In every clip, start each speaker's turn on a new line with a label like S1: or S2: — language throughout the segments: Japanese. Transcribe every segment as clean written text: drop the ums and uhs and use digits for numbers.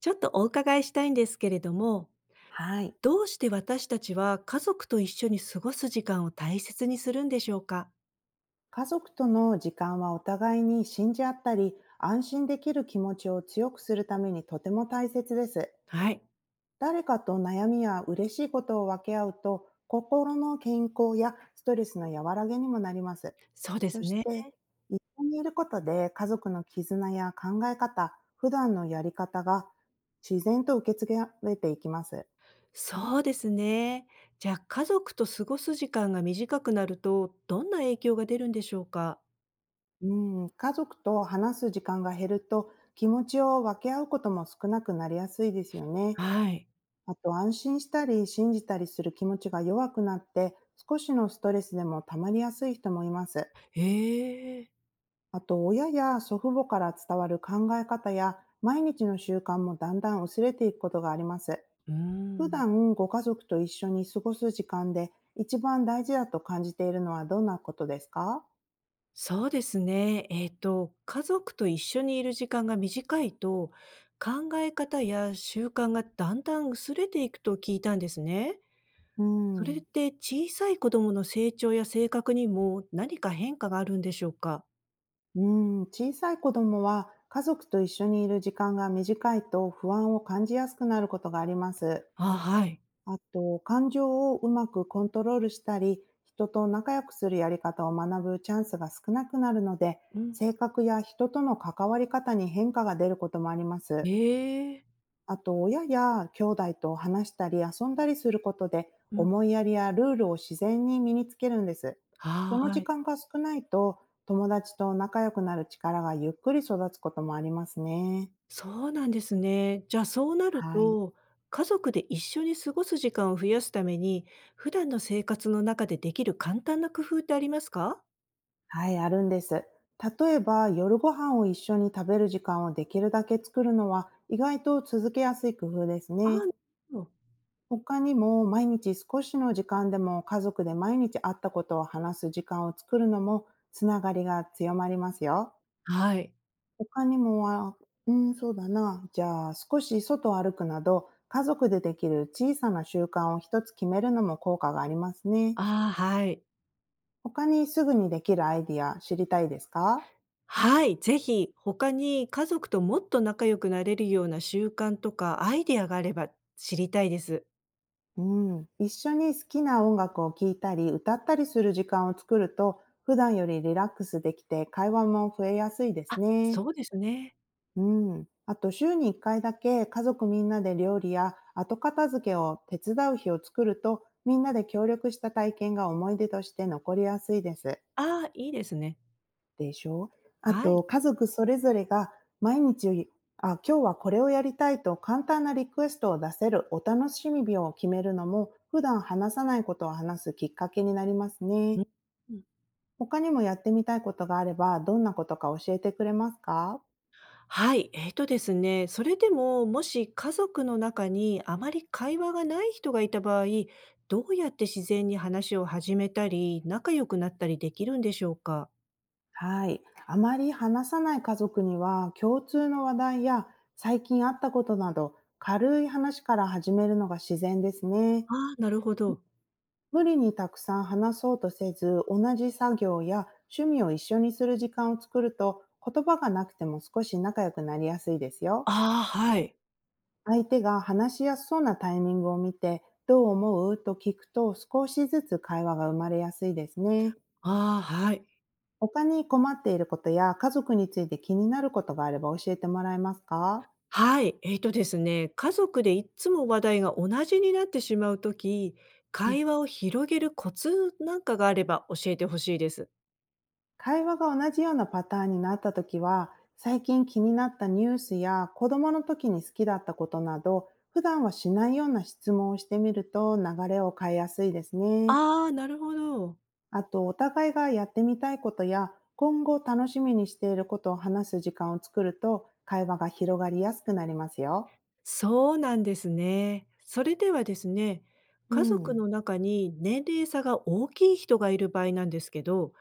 S1: ちょっとお伺いしたいんですけれども、
S2: はい。
S1: どうして私たちは家族と一緒に過ごす時間を大切にするんでしょうか。
S2: 家族との時間はお互いに信じ合ったり、安心できる気持ちを強くするためにとても大切です。
S1: はい。
S2: 誰かと悩みや嬉しいことを分け合うと、心の健康やストレスの和らげにもなります。
S1: そうで
S2: そ
S1: す
S2: し
S1: ね。
S2: て、一緒にいることで家族の絆や考え方、普段のやり方が自然と受け継がれていきます。
S1: そうですね。じゃあ家族と過ごす時間が短くなると、どんな影響が出るんでしょうか。
S2: うん、家族と話す時間が減ると気持ちを分け合うことも少なくなりやすいですよね。
S1: はい。
S2: あと、安心したり信じたりする気持ちが弱くなって、少しのストレスでも溜まりやすい人もいます。
S1: ええ。
S2: あと、親や祖父母から伝わる考え方や毎日の習慣もだんだん薄れていくことがあります。
S1: うー
S2: 普
S1: ん。
S2: 段ご家族と一緒に過ごす時間で一番大事だと感じているのはどんなことですか？
S1: そうですね。家族と一緒にいる時間が短いと、考え方や習慣がだんだん薄れていくと聞いたんですね。
S2: う
S1: それっ
S2: ん。
S1: て小さい子供の成長や性格にも何か変化があるんでしょうか？
S2: うん、小さい子供は家族と一緒にいる時間が短いと不安を感じやすくなることがあります。
S1: あ、はい。
S2: あと、感情をうまくコントロールしたり、人と仲良くするやり方を学ぶチャンスが少なくなるので、
S1: うん。
S2: 性格や人との関わり方に変化が出ることもあります。
S1: ええ。
S2: あと、親や兄弟と話したり遊んだりすることで、
S1: うん。
S2: 思いやりやルールを自然に身につけるんです。そ
S1: は
S2: の時
S1: ーい。
S2: 間が少ないと、友達と仲良くなる力がゆっくり育つこともありますね。
S1: そうなんですね。じゃあ、そうなる
S2: はい。
S1: と、家族で一緒に過ごす時間を増やすために、普段の生活の中でできる簡単な工夫ってありますか？
S2: はい、あるんです。例えば、夜ご飯を一緒に食べる時間をできるだけ作るのは、意外と続けやすい工夫です
S1: ああ、な
S2: ね。
S1: るほど。
S2: 他にも毎日少しの時間でも家族で毎日会ったことを話す時間を作るのも、つながりが強まりますよ。
S1: はい。
S2: 他にもは、うん、そうだな。じゃあ、少し外を歩くなど家族でできる小さな習慣を一つ決めるのも効果がありますね。
S1: ああ、はい。
S2: 他にすぐにできるアイディア知りたいですか？
S1: はい、ぜひ他に家族ともっと仲良くなれるような習慣とかアイデアがあれば知りたいです。
S2: うん。一緒に好きな音楽を聴いたり歌ったりする時間を作ると、普段よりリラックスできて会話も増えやすいです
S1: あ、
S2: ね。
S1: そうですね。
S2: うん。あと、週に1回だけ家族みんなで料理や後片付けを手伝う日を作ると、みんなで協力した体験が思い出として残りやすいです。
S1: ああ、いいですね。
S2: でしょう？あ
S1: は
S2: と、
S1: い。
S2: 家族それぞれが毎日、あ、今日はこれをやりたいと簡単なリクエストを出せるお楽しみ日を決めるのも、普段話さないことを話すきっかけになりますね。
S1: うん。うん。
S2: 他にもやってみたいことがあれば、どんなことか教えてくれますか？
S1: はい、えっとですね、それでも、もし家族の中にあまり会話がない人がいた場合、どうやって自然に話を始めたり、仲良くなったりできるんでしょうか？
S2: はい。あまり話さない家族には、共通の話題や最近あったことなど、軽い話から始めるのが自然ですね。
S1: ああ、なるほど。
S2: 無理にたくさん話そうとせず、同じ作業や趣味を一緒にする時間を作ると、言葉がなくても少し仲良くなりやすいですよ。
S1: ああ、はい。
S2: 相手が話しやすそうなタイミングを見て、どう思うと聞くと少しずつ会話が生まれやすいですね。
S1: ああ、はい。
S2: 他に困っていることや家族について気になることがあれば、教えてもらえますか？
S1: はい、えっとですね、家族でいっつも話題が同じになってしまうとき、
S2: うん、
S1: 会話を広げるコツなんかがあれば教えてほしいです。
S2: 会話が同じようなパターンになったときは、最近気になったニュースや子供の時に好きだったことなど、普段はしないような質問をしてみると流れを変えやすいですね。
S1: ああ、なるほど。
S2: あと、お互いがやってみたいことや今後楽しみにしていることを話す時間を作ると、会話が広がりやすくなりますよ。
S1: そうなんですね。それではですね、
S2: う
S1: 家族
S2: ん。
S1: の中に年齢差が大きい人がいる場合なんですけど、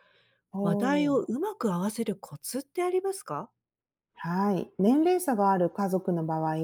S2: お
S1: 話題を
S2: ー。
S1: うまく合わせるコツってありますか？
S2: はい。年齢差がある家族の場合、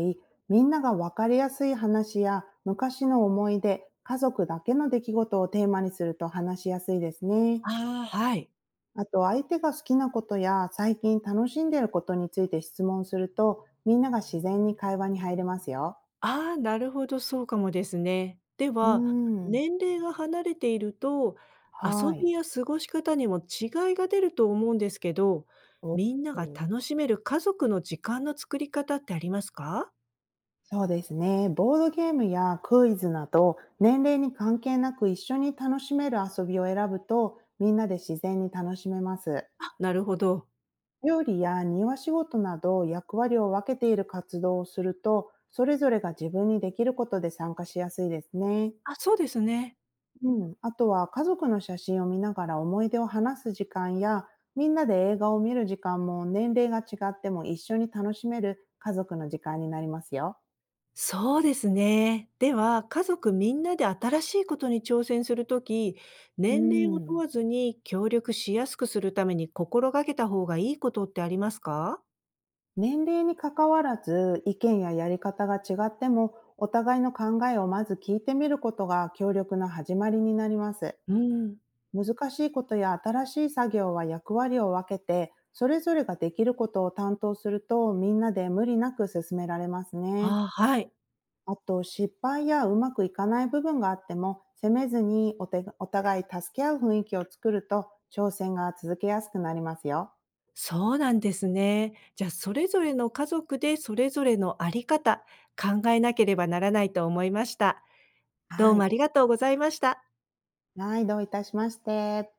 S2: みんなが分かりやすい話や昔の思い出、家族だけの出来事をテーマにすると話しやすいですね。
S1: ああ。はい。
S2: あと、相手が好きなことや最近楽しんでいることについて質問すると、みんなが自然に会話に入れますよ。
S1: ああ、なるほど、そうかもですね。で
S2: うー
S1: は、
S2: ん。
S1: 年齢が離れていると、
S2: は
S1: 遊
S2: い。
S1: びや過ごし方にも違いが出ると思うんですけど、
S2: お、
S1: みんなが楽しめる家族の時間の作り方ってありますか？
S2: そうですね。ボードゲームやクイズなど、年齢に関係なく一緒に楽しめる遊びを選ぶと、みんなで自然に楽しめます。
S1: あ、なるほど。
S2: 料理や庭仕事など役割を分けている活動をすると、それぞれが自分にできることで参加しやすいですね。
S1: あ、そうですね。
S2: うん。あとは家族の写真を見ながら思い出を話す時間や、みんなで映画を見る時間も、年齢が違っても一緒に楽しめる家族の時間になりますよ。
S1: そうですね。では、家族みんなで新しいことに挑戦するとき、
S2: う
S1: 年齢を問
S2: ん。
S1: わずに協力しやすくするために心がけた方がいいことってありますか。
S2: 年齢に関わらず意見ややり方が違っても、お互いの考えをまず聞いてみることが協力の始まりになります。
S1: うん。
S2: 難しいことや新しい作業は役割を分けて、それぞれができることを担当すると、みんなで無理なく進められますね。
S1: あ、はい。
S2: あと、失敗やうまくいかない部分があっても、責めずにお互い助け合う雰囲気を作ると、挑戦が続けやすくなりますよ。
S1: そうなんですね。じゃあ、それぞれの家族でそれぞれのあり方、考えなければならないと思いました。ど
S2: は
S1: うも
S2: い。
S1: ありがとうございました。
S2: はい、どういたしまして。